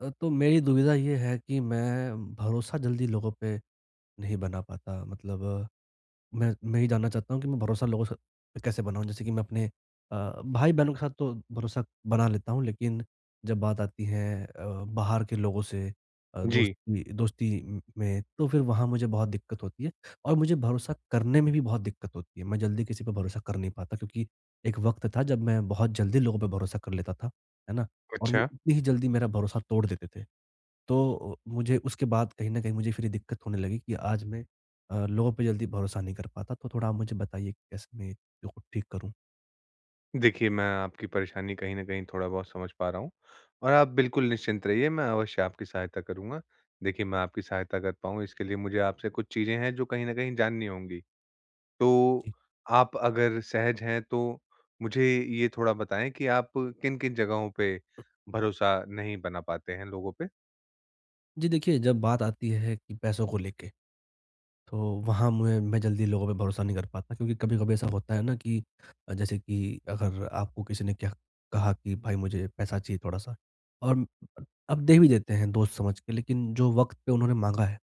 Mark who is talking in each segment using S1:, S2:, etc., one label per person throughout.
S1: तो मेरी दुविधा ये है कि मैं भरोसा जल्दी लोगों पे नहीं बना पाता। मतलब मैं ये जानना चाहता हूँ कि मैं भरोसा लोगों से पे कैसे बनाऊँ? जैसे कि मैं अपने भाई-बहनों के साथ तो भरोसा बना लेता हूँ, लेकिन जब बात आती है बाहर के लोगों से
S2: जी,
S1: दोस्ती दोस्ती म में, तो फिर वहाँ मुझे बहुत दिक्कत होती है और मुझे भरोसा करने में भी बहुत दिक्कत होती है। मैं जल्दी किसी पे भरोसा कर नहीं पाता क्योंकि एक वक़्त था जब मैं बहुत जल्दी लोगों पे भरोसा कर लेता था, है ना? और वो
S2: अच्छा।
S1: उतनी ही जल्दी मेरा भरोसा तोड़ देते थे। तो मुझे उसके बाद कहीं न कहीं मुझे फिर ये दिक्कत होने लगी कि आज मैं लोगों पे जल्दी भरोसा नहीं कर पाता, तो थोड़ा आप मुझे बताइए कि कैसे मैं चीज़ों को ठीक करूँ?
S2: देखिए, मैं आपकी परेशानी कहीं न कहीं थोड़ा-बहुत समझ पा रहा हूँ और आप बिल्कुल निश्चिंत रहिए, मैं अवश्य आपकी सहायता करूँगा। देखिए, मैं आपकी सहायता कर पाऊँ, इसके लिए मुझे आपसे कुछ चीज़ें हैं, जो कहीं न कहीं जाननी होंगी। तो
S1: जी।
S2: आप अगर सहज हैं, तो मुझे ये थोड़ा बताएँ कि आप किन-किन जगहों पे भरोसा नहीं बना पाते हैं लोगों पे?
S1: जी, देखिए जब बात आती है कि पैसों को लेके, तो वहाँ मैं जल्दी लोगों पे भरोसा नहीं कर पाता क्योंकि कभी-कभी ऐसा होता है ना कि जैसे कि अगर आपको किसी ने क्या कहा कि भाई मुझे पैसा चाहिए थोड़ा-सा और आप दे भी देते हैं दोस्त समझ के, लेकिन जो वक़्त पे उन्होंने माँगा है,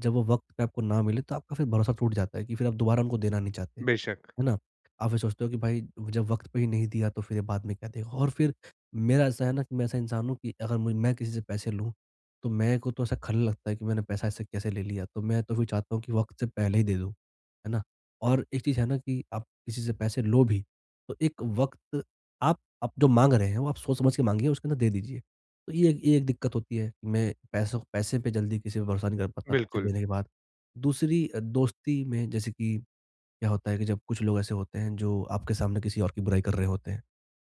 S1: जब वो वक़्त पे आपको ना मिले तो आपका फिर भरोसा टूट जाता है कि फिर आप दोबारा उनको देना नहीं चाहते।
S2: बेशक।
S1: है ना? आप फिर सोचते हो कि भाई जब वक़्त पे ही नहीं दिया तो फिर ये बाद में क्या देगा? और फिर मेरा ऐसा है ना कि मैं ऐसा इंसान हूँ कि अगर मुझ मैं किसी से पैसे लूँ, तो मेरे को तो ऐसा खलने लगता है कि मैंने पैसा इससे कैसे ले लिया? तो मैं तो फिर चाहता हूँ कि वक़्त से पहले ही दे दूँ, है ना? और एक चीज़ है ना कि आप किसी से पैसे लो भी, तो एक वक़्त आप जो माँग रहे हैं वो आप सोच-समझ के माँगिए, उसके अंदर दे दीजिए। तो ये एक दिक्कत होती है कि मैं पैसों पैसे पे जल्दी किसी पे भरोसा नहीं कर पाता पैसे
S2: बिल्कुल।
S1: देने के बाद। दूसरी दोस्ती में जैसे कि क्या होता है कि जब कुछ लोग ऐसे होते हैं जो आपके सामने किसी और की बुराई कर रहे होते हैं,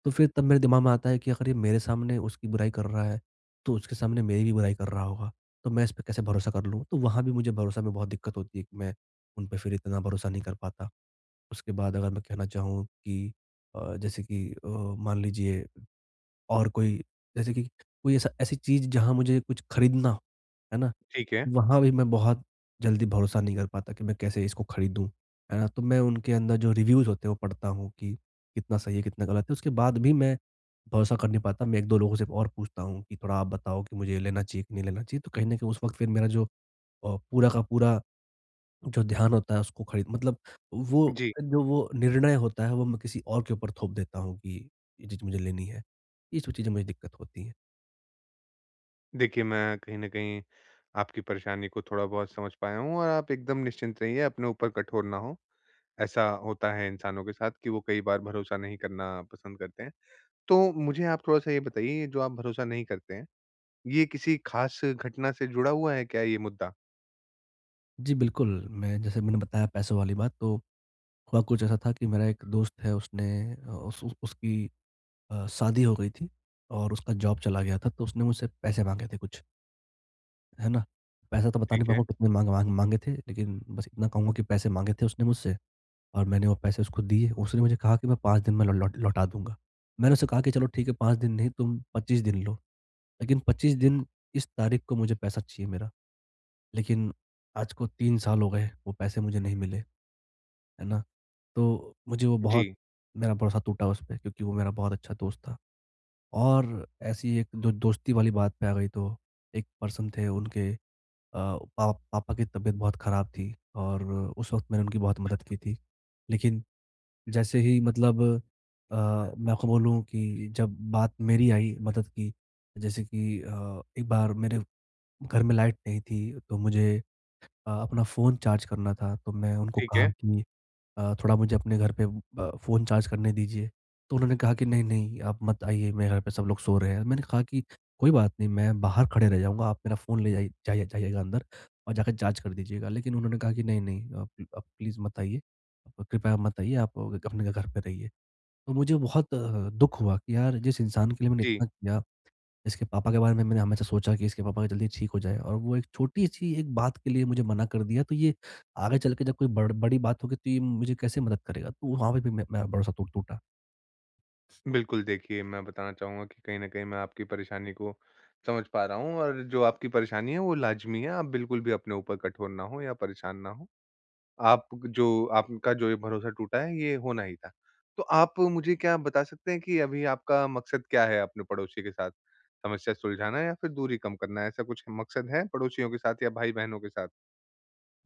S1: तो फिर तब मेरे दिमाग में आता है कि अगर ये मेरे सामने उसकी बुराई कर रहा है, तो उसके सामने मेरी भी बुराई कर रहा होगा, तो मैं इस पे कैसे भरोसा कर लूँ? तो वहाँ भी मुझे भरोसा में बहुत दिक्कत होती है कि मैं उन पे फिर इतना भरोसा नहीं कर पाता। उसके बाद अगर मैं कहना चाहूँ कि जैसे कि मान लीजिए और कोई जैसे कि कोई ऐसा ऐसी चीज़ जहाँ मुझे कुछ खरीदना हो, है ना?
S2: ठीक है।
S1: वहाँ भी मैं बहुत जल्दी भरोसा नहीं कर पाता कि मैं कैसे इसको खरीदूँ, है ना? तो मैं उनके अंदर जो रिव्यूज़ होते हैं वो पढ़ता हूँ कि कितना सही है, कितना गलत है। उसके बाद भी मैं भरोसा कर नहीं पाता, मैं 1-2 लोगों से और पूछता हूँ कि थोड़ा आप बताओ कि मुझे लेना चाहिए कि नहीं लेना चाहिए? तो कहीं न कहीं उस वक़्त फिर मेरा जो पूरा का पूरा जो ध्यान होता है उसको खरीद मतलब वो
S2: जी।
S1: जो वो निर्णय होता है वो मैं किसी और के ऊपर थोप देता हूँ कि ये चीज़ मुझे लेनी है। ये सब चीज़ें मुझे दिक्कत होती हैं।
S2: देखिए, मैं कहीं न कहीं आपकी परेशानी को थोड़ा-बहुत समझ पाया हूँ और आप एकदम निश्चिंत रहिए, अपने ऊपर कठोर ना हों। ऐसा होता है इंसानों के साथ कि वो कई बार भरोसा नहीं करना पसंद करते हैं। तो मुझे आप थोड़ा-सा ये बताइए, ये जो आप भरोसा नहीं करते हैं, ये किसी ख़ास घटना से जुड़ा हुआ है क्या ये मुद्दा?
S1: जी बिल्कुल, मैं जैसे मैंने बताया पैसों वाली बात, तो हुआ कुछ ऐसा था कि मेरा एक दोस्त है, उसने उस उसकी शादी हो गई थी और उसका जॉब चला गया था, तो उसने मुझसे पैसे माँगे थे कुछ, है ना? पैसा तो बता नहीं
S2: ठीक है।
S1: पाऊँगा कितने माँग माँग माँगे थे, लेकिन बस इतना कहूँगा कि पैसे माँगे थे उसने मुझसे और मैंने वो पैसे उसको दिए। उसने मुझे कहा कि मैं 5 दिन में लौ लौट लौटा दूँगा। मैंने उससे कहा कि चलो ठीक है, 5 दिन नहीं तुम 25 दिन लो, लेकिन 25 दिन इस तारीख को मुझे पैसा चाहिए मेरा। लेकिन आज को 3 साल हो गए, वो पैसे मुझे नहीं मिले। है ना? तो मुझे वो बहुत,
S2: जी,
S1: मेरा भरोसा टूटा उस पे क्योंकि वो मेरा बहुत अच्छा दोस्त था। और ऐसी एक जो दोस्ती वाली बात पे आ गई, तो एक पर्सन थे उनके पा पापा की तबीयत बहुत खराब थी और उस वक़्त मैंने उनकी बहुत मदद की थी। लेकिन जैसे ही मतलब अ, मैं आपको बोलूँ कि जब बात मेरी आई मदद की, जैसे कि एक बार मेरे घर में लाइट नहीं थी तो मुझे अपना फ़ोन चार्ज करना था, तो मैं उनको
S2: ठीक
S1: कहा
S2: है।
S1: कि थोड़ा मुझे अपने घर पे फ़ोन चार्ज करने दीजिए। तो उन्होंने कहा कि नहीं-नहीं आप मत आइए, मेरे घर पे सब लोग सो रहे हैं। मैंने कहा कि कोई बात नहीं, मैं बाहर खड़े रह जाऊँगा, आप मेरा फ़ोन ले जाइएगा अंदर और जाकर चार्ज कर दीजिएगा। लेकिन उन्होंने कहा कि नहीं-नहीं आप प्लीज़ मत आइए, आप कृपया मत आइए, आप अपने घर पे रहिए। तो मुझे बहुत दुःख हुआ कि यार जिस इंसान के लिए मैंने
S2: जी,
S1: इतना किया, इसके पापा के बारे में मैंने हमेशा सोचा कि इसके पापा जल्दी ठीक हो जाए, और वो एक छोटी-सी एक बात के लिए मुझे मना कर दिया, तो ये आगे चल के जब कोई बड़ी बात होगी तो ये मुझे कैसे मदद करेगा? तो वहाँ पे भी मैं, मेरा भरोसा टूटा।
S2: बिल्कुल। देखिए, मैं बताना चाहूँगा कि कहीं न कहीं मैं आपकी परेशानी को समझ पा रहा हूँ और जो आपकी परेशानी है, वो लाज़मी है। आप बिल्कुल भी अपने ऊपर कठोर ना हों या परेशान ना हों। आप जो आपका जो ये भरोसा टूटा है, ये होना ही था। तो आप मुझे क्या बता सकते हैं कि अभी आपका मकसद क्या है अपने पड़ोसी के साथ? समस्या सुलझाना या फिर दूरी कम करना, ऐसा कुछ मकसद है पड़ोसियों के साथ या भाई-बहनों के साथ?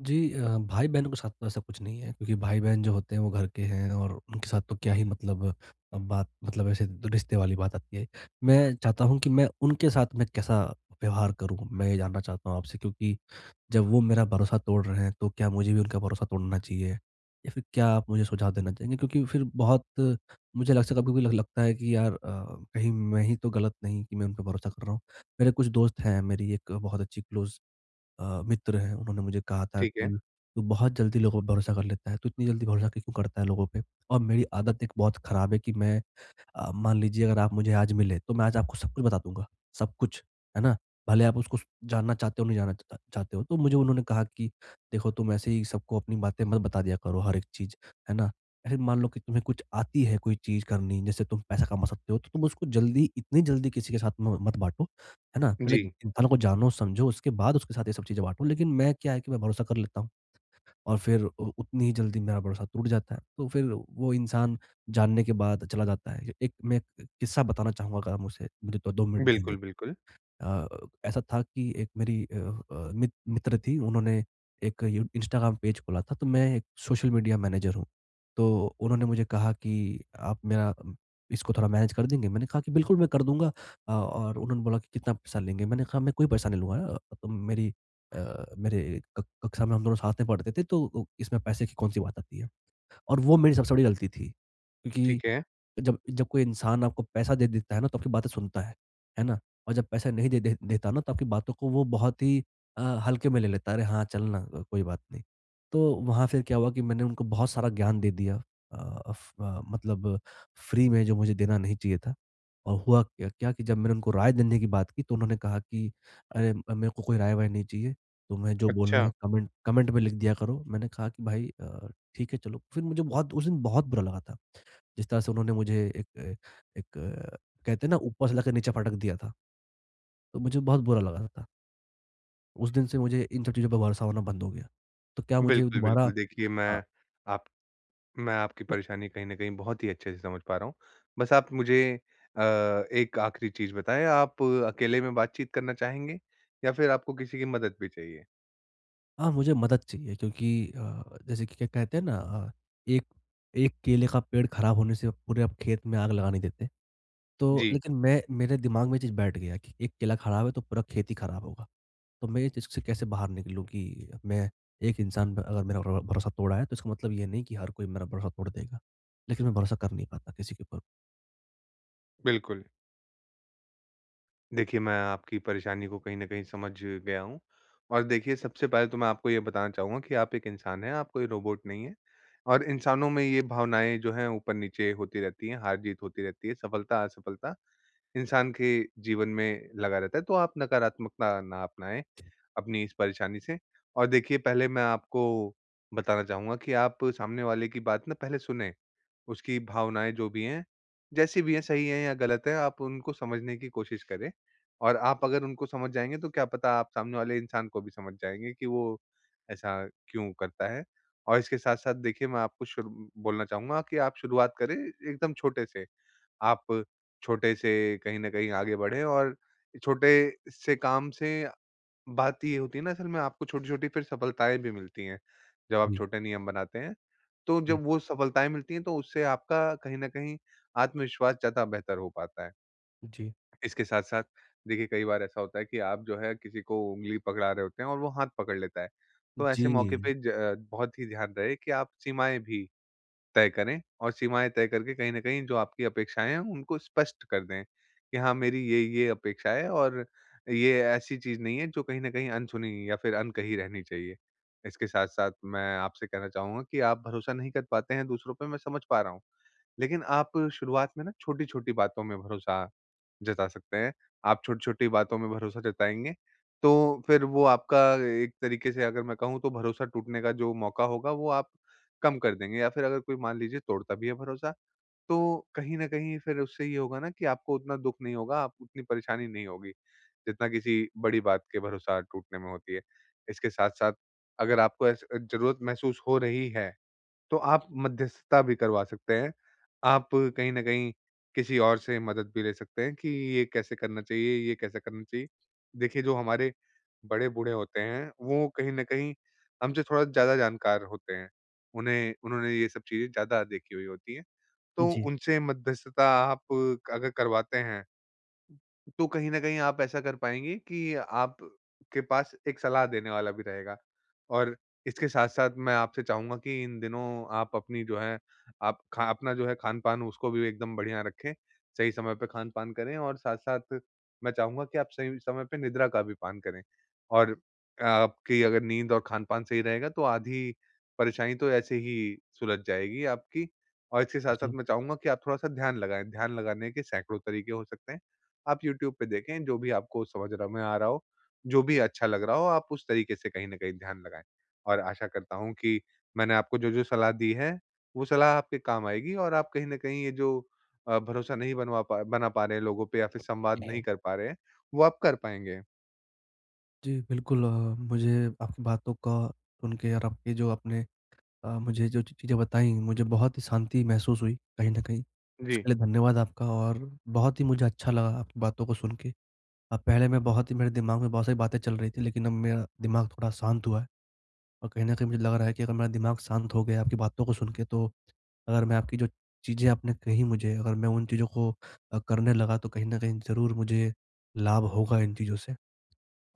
S1: जी भाई-बहनों के साथ तो ऐसा कुछ नहीं है क्योंकि भाई-बहन जो होते हैं वो घर के हैं और उनके साथ तो क्या ही मतलब बात, मतलब ऐसे तो रिश्ते वाली बात आती है। मैं चाहता हूँ कि मैं उनके साथ मैं कैसा व्यवहार करूँ, मैं ये जानना चाहता हूँ आपसे क्योंकि जब वो मेरा भरोसा तोड़ रहे हैं तो क्या मुझे भी उनका भरोसा तोड़ना चाहिए? या फिर क्या आप मुझे सुझाव देना चाहेंगे? क्योंकि फिर बहुत मुझे लग से कभी-कभी लग लगता है कि यार कहीं मैं ही तो गलत नहीं कि मैं उन पे भरोसा कर रहा हूँ। मेरे कुछ दोस्त हैं, मेरी एक बहुत अच्छी क्लोज़ मित्र हैं, उन्होंने मुझे कहा था
S2: ठीक है।
S1: कि, "तू बहुत जल्दी लोगों पे भरोसा कर लेता है, तू इतनी जल्दी भरोसा क्यों करता है लोगों पे?" और मेरी आदत एक बहुत खराब है कि मैं मान लीजिए अगर आप मुझे आज मिले, तो मैं आज आपको सब कुछ बता दूँगा, सब कुछ, है ना? भले आप उसको स जानना चाहते हो, नहीं जानना चा चाहते हो। तो मुझे उन्होंने कहा कि देखो तुम ऐसे ही सबको अपनी बातें मत बता दिया करो हर एक चीज़, है ना? ऐसे मान लो कि तुम्हें कुछ आती है कोई चीज़ करनी, जैसे तुम पैसा कमा सकते हो, तो तुम उसको जल्दी इतनी जल्दी किसी के साथ म मत बाँटो, है ना? पहले
S2: जी,
S1: इंसानों को जानो, समझो, उसके बाद उसके साथ ये सब चीज़ें बाँटो। लेकिन मैं क्या है कि मैं भरोसा कर लेता हूँ। और फिर उ उतनी ही जल्दी मेरा भरोसा टूट जाता है। तो फिर वो इंसान जानने के बाद चला जाता है। एक मैं एक किस्सा बताना चाहूँगा, अगर आप मुझसे मुझे तो 2 मिनट देंगे
S2: बिल्कुल,
S1: तो।
S2: बिल्कुल।
S1: अ, ऐसा था कि एक मेरी मित्र थी, उन्होंने एक यू इंस्टाग्राम पेज खोला था, तो मैं एक सोशल मीडिया मैनेजर हूँ। तो उन्होंने मुझे कहा कि आप मेरा इसको थोड़ा मैनेज कर देंगे? मैंने कहा कि बिल्कुल मैं कर दूँगा। और उन्होंने बोला कि कितना पैसा लेंगे? मैंने कहा मैं कोई पैसा नहीं लूँगा, तुम मेरी मेरे क कक्षा में हम दोनों साथ में पढ़ते थे, तो इसमें पैसे की कौन-सी बात आती है? और वो मेरी सबसे बड़ी गलती थी, क्योंकि
S2: ठीक है।
S1: जब जब कोई इंसान आपको पैसा दे देता है ना, तो आपकी बातें सुनता है ना? और जब पैसा नहीं दे दे देता ना, तो आपकी बातों को वो बहुत ही हल्के में ले लेता है, "अरे हाँ, चल ना, कोई बात नहीं।" तो वहाँ फिर क्या हुआ कि मैंने उनको बहुत सारा ज्ञान दे दिया, अ, मतलब फ्री में, जो मुझे देना नहीं चाहिए था। और हुआ क्या क्या कि जब मैंने उनको राय देने की बात की, तो उन्होंने कहा कि, "अरे! मेरे को कोई राय-वाय नहीं चाहिए, तुम्हें जो
S2: अच्छा।
S1: बोलना है कमेंट कमेंट में लिख दिया करो।" मैंने कहा कि, "भाई ठीक है, चलो।" फिर मुझे बहुत उस दिन बहुत बुरा लगा था। जिस तरह से उन्होंने मुझे एक एक अ, कहते हैं ना, ऊपर से लाकर नीचे पटक दिया था, तो मुझे बहुत बुरा लगा था। उस दिन से मुझे इन सब चीज़ों पे भरोसा होना बंद हो गया। तो क्या मुझे
S2: बिल्कुल,
S1: दोबारा
S2: बिल्कुल। देखिए,
S1: अ,
S2: आप मैं आपकी
S1: नहीं,
S2: परेशानी कहीं न कहीं बहुत ही अच्छे से समझ पा रहा हूँ। बस आप मुझे अ, एक आखिरी चीज़ बताएँ, आप अकेले में बातचीत करना चाहेंगे या फिर आपको किसी की मदद भी चाहिए?
S1: हाँ, मुझे मदद चाहिए क्योंकि अ, जैसे कि क्या कहते हैं ना, एक एक केले का पेड़ खराब होने से पूरे आप खेत में आग लगा नहीं देते। तो
S2: जी।
S1: लेकिन मैं, मेरे दिमाग में ये चीज़ बैठ गया कि एक केला खराब है तो पूरा खेत ही खराब होगा। तो मैं इस चीज़ से कैसे बाहर निकलूँ कि मैं एक इंसान पे अगर मेरा भरोसा तोड़ा है, तो इसका मतलब ये नहीं कि हर कोई मेरा भरोसा तोड़ देगा। लेकिन मैं भरोसा कर नहीं पाता किसी के ऊपर।
S2: बिल्कुल। देखिए, मैं आपकी परेशानी को कहीं न कहीं समझ गया हूँ और देखिए, सबसे पहले तो मैं आपको ये बताना चाहूँगा कि आप एक इंसान हैं, आप कोई रोबोट नहीं हैं और इंसानों में ये भावनाएँ जो हैं ऊपर-नीचे होती रहती हैं, हार-जीत होती रहती है, सफलता-असफलता इंसान के जीवन में लगा रहता है, तो आप नकारात्मकता ना अपनाएँ अपनी इस परेशानी से। और देखिए, पहले मैं आपको बताना चाहूँगा कि आप सामने वाले की बात ना पहले सुने। उसकी भावनाएँ जो भी हैं, जैसी भी हैं, सही है या गलत है, आप उनको समझने की कोशिश करें। और आप अगर उनको समझ जाएँगे तो क्या पता, आप सामने वाले इंसान को भी समझ जाएँगे कि वो ऐसा क्यों करता है। और इसके साथ-साथ देखिए, मैं आपको शुरू बोलना चाहूँगा कि आप शुरुआत करें एकदम छोटे से। आप छोटे से कहीं न कहीं आगे बढ़ें और छोटे से काम से बात ये होती है ना, असल में आपको छोटी-छोटी फिर सफलताएँ भी मिलती हैं, जब आप
S1: जी,
S2: छोटे नियम बनाते हैं। तो
S1: जी।
S2: जब वो सफलताएँ मिलती हैं तो उससे आपका कहीं न कहीं आत्मविश्वास ज़्यादा बेहतर हो पाता है।
S1: जी।
S2: इसके साथ-साथ देखिए, कई बार ऐसा होता है कि आप जो है किसी को उँगली पकड़ा रहे होते हैं और वो हाथ पकड़ लेता है। तो ऐसे मौके
S1: जी।
S2: पे ज बहुत ही ध्यान रहे कि आप सीमाएँ भी तय करें और सीमाएँ तय करके कहीं न कहीं जो आपकी अपेक्षाएँ हैं, उनको स्पष्ट कर दें कि हाँ, मेरी ये-ये अपेक्षा है और ये ऐसी चीज़ नहीं है जो कहीं न कहीं अनसुनी या फिर अनकही रहनी चाहिए। इसके साथ-साथ मैं आपसे कहना चाहूँगा कि आप भरोसा नहीं कर पाते हैं दूसरों पे, मैं समझ पा रहा हूँ। लेकिन आप शुरुआत में ना छोटी-छोटी बातों में भरोसा जता सकते हैं। आप छोटी-छोटी बातों में भरोसा जताएँगे, तो फिर वो आपका एक तरीके से अगर मैं कहूँ तो भरोसा टूटने का जो मौका होगा वो आप कम कर देंगे, या फिर अगर कोई मान लीजिए तोड़ता भी है भरोसा, तो कहीं न कहीं फिर उससे ये होगा ना कि आपको उतना दुःख नहीं होगा, आप उतनी परेशानी नहीं होगी, जितना किसी बड़ी बात के भरोसा टूटने में होती है। इसके साथ-साथ अगर आपको ऐस ज़रूरत महसूस हो रही है तो आप मध्यस्थता भी करवा सकते हैं। आप कहीं न कहीं किसी और से मदद भी ले सकते हैं कि ये कैसे करना चाहिए, ये कैसे करना चाहिए। देखिए, जो हमारे बड़े-बूढ़े होते हैं, वो कहीं न कहीं हमसे थोड़ा ज़्यादा जानकार होते हैं। उन्हें उन्होंने ये सब चीज़ें ज़्यादा देखी हुई होती हैं। तो
S1: जी,
S2: उनसे मध्यस्थता आप अगर करवाते हैं तो कहीं न कहीं आप ऐसा कर पाएँगी कि आप के पास एक सलाह देने वाला भी रहेगा। और इसके साथ-साथ मैं आपसे चाहूँगा कि इन दिनों आप अपनी जो है आप खा अपना जो है खान-पान उसको भी एकदम बढ़िया रखें, सही समय पे खान-पान करें और साथ-साथ मैं चाहूँगा कि आप सही समय पे निद्रा का भी पान करें। और आपकी अगर नींद और खान-पान सही रहेगा तो आधी परेशानी तो ऐसे ही सुलझ जाएगी आपकी। और इसके साथ-साथ
S1: जी।
S2: मैं चाहूँगा कि आप थोड़ा-सा ध्यान लगाएँ, ध्यान लगाने के सैकड़ों तरीके हो सकते हैं। आप यूट्यूब पे देखें, जो भी आपको समझ र में आ रहा हो, जो भी अच्छा लग रहा हो, आप उस तरीके से कहीं न कहीं ध्यान लगाएँ। और आशा करता हूँ कि मैंने आपको जो-जो सलाह दी है, वो सलाह आपके काम आएगी और आप कहीं न कहीं ये जो भरोसा नहीं बनवा पा बना पा रहे हैं लोगों पे या फिर संवाद नहीं कर पा रहे हैं, वो आप कर पाएँगे।
S1: जी, बिल्कुल। मुझे आपकी बातों का सुन के और आपके जो आपने मुझे जो चीज़ें बताई, मुझे बहुत ही शांति महसूस हुई कहीं न कहीं।
S2: जी।
S1: उसके लिए धन्यवाद आपका, और बहुत ही मुझे अच्छा लगा आपकी बातों को सुन के। पहले मैं, बहुत ही मेरे दिमाग में बहुत सारी बातें चल रही थी, लेकिन अब मेरा दिमाग थोड़ा शांत हुआ है। और कहीं न कहीं मुझे लग रहा है कि अगर मेरा दिमाग शांत हो गया आपकी बातों को सुन के, तो अगर मैं आपकी जो चीज़ें आपने कही मुझे, अगर मैं उन चीज़ों को करने लगा, तो कहीं न कहीं ज़रूर मुझे लाभ होगा इन चीज़ों से।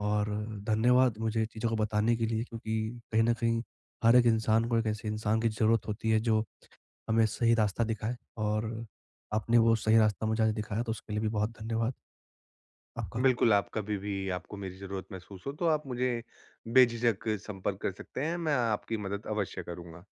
S1: और धन्यवाद मुझे चीज़ों को बताने के लिए, क्योंकि कहीं न कहीं हर एक इंसान को एक ऐसे इंसान की ज़रूरत होती है जो हमें सही रास्ता दिखाए, और आपने वो सही रास्ता मुझे आज दिखाया, तो उसके लिए भी बहुत धन्यवाद। आपका
S2: बिल्कुल, आप कभी भी आपको मेरी ज़रूरत महसूस हो, तो आप मुझे बेझिझक संपर्क कर सकते हैं, मैं आपकी मदद अवश्य करूँगा।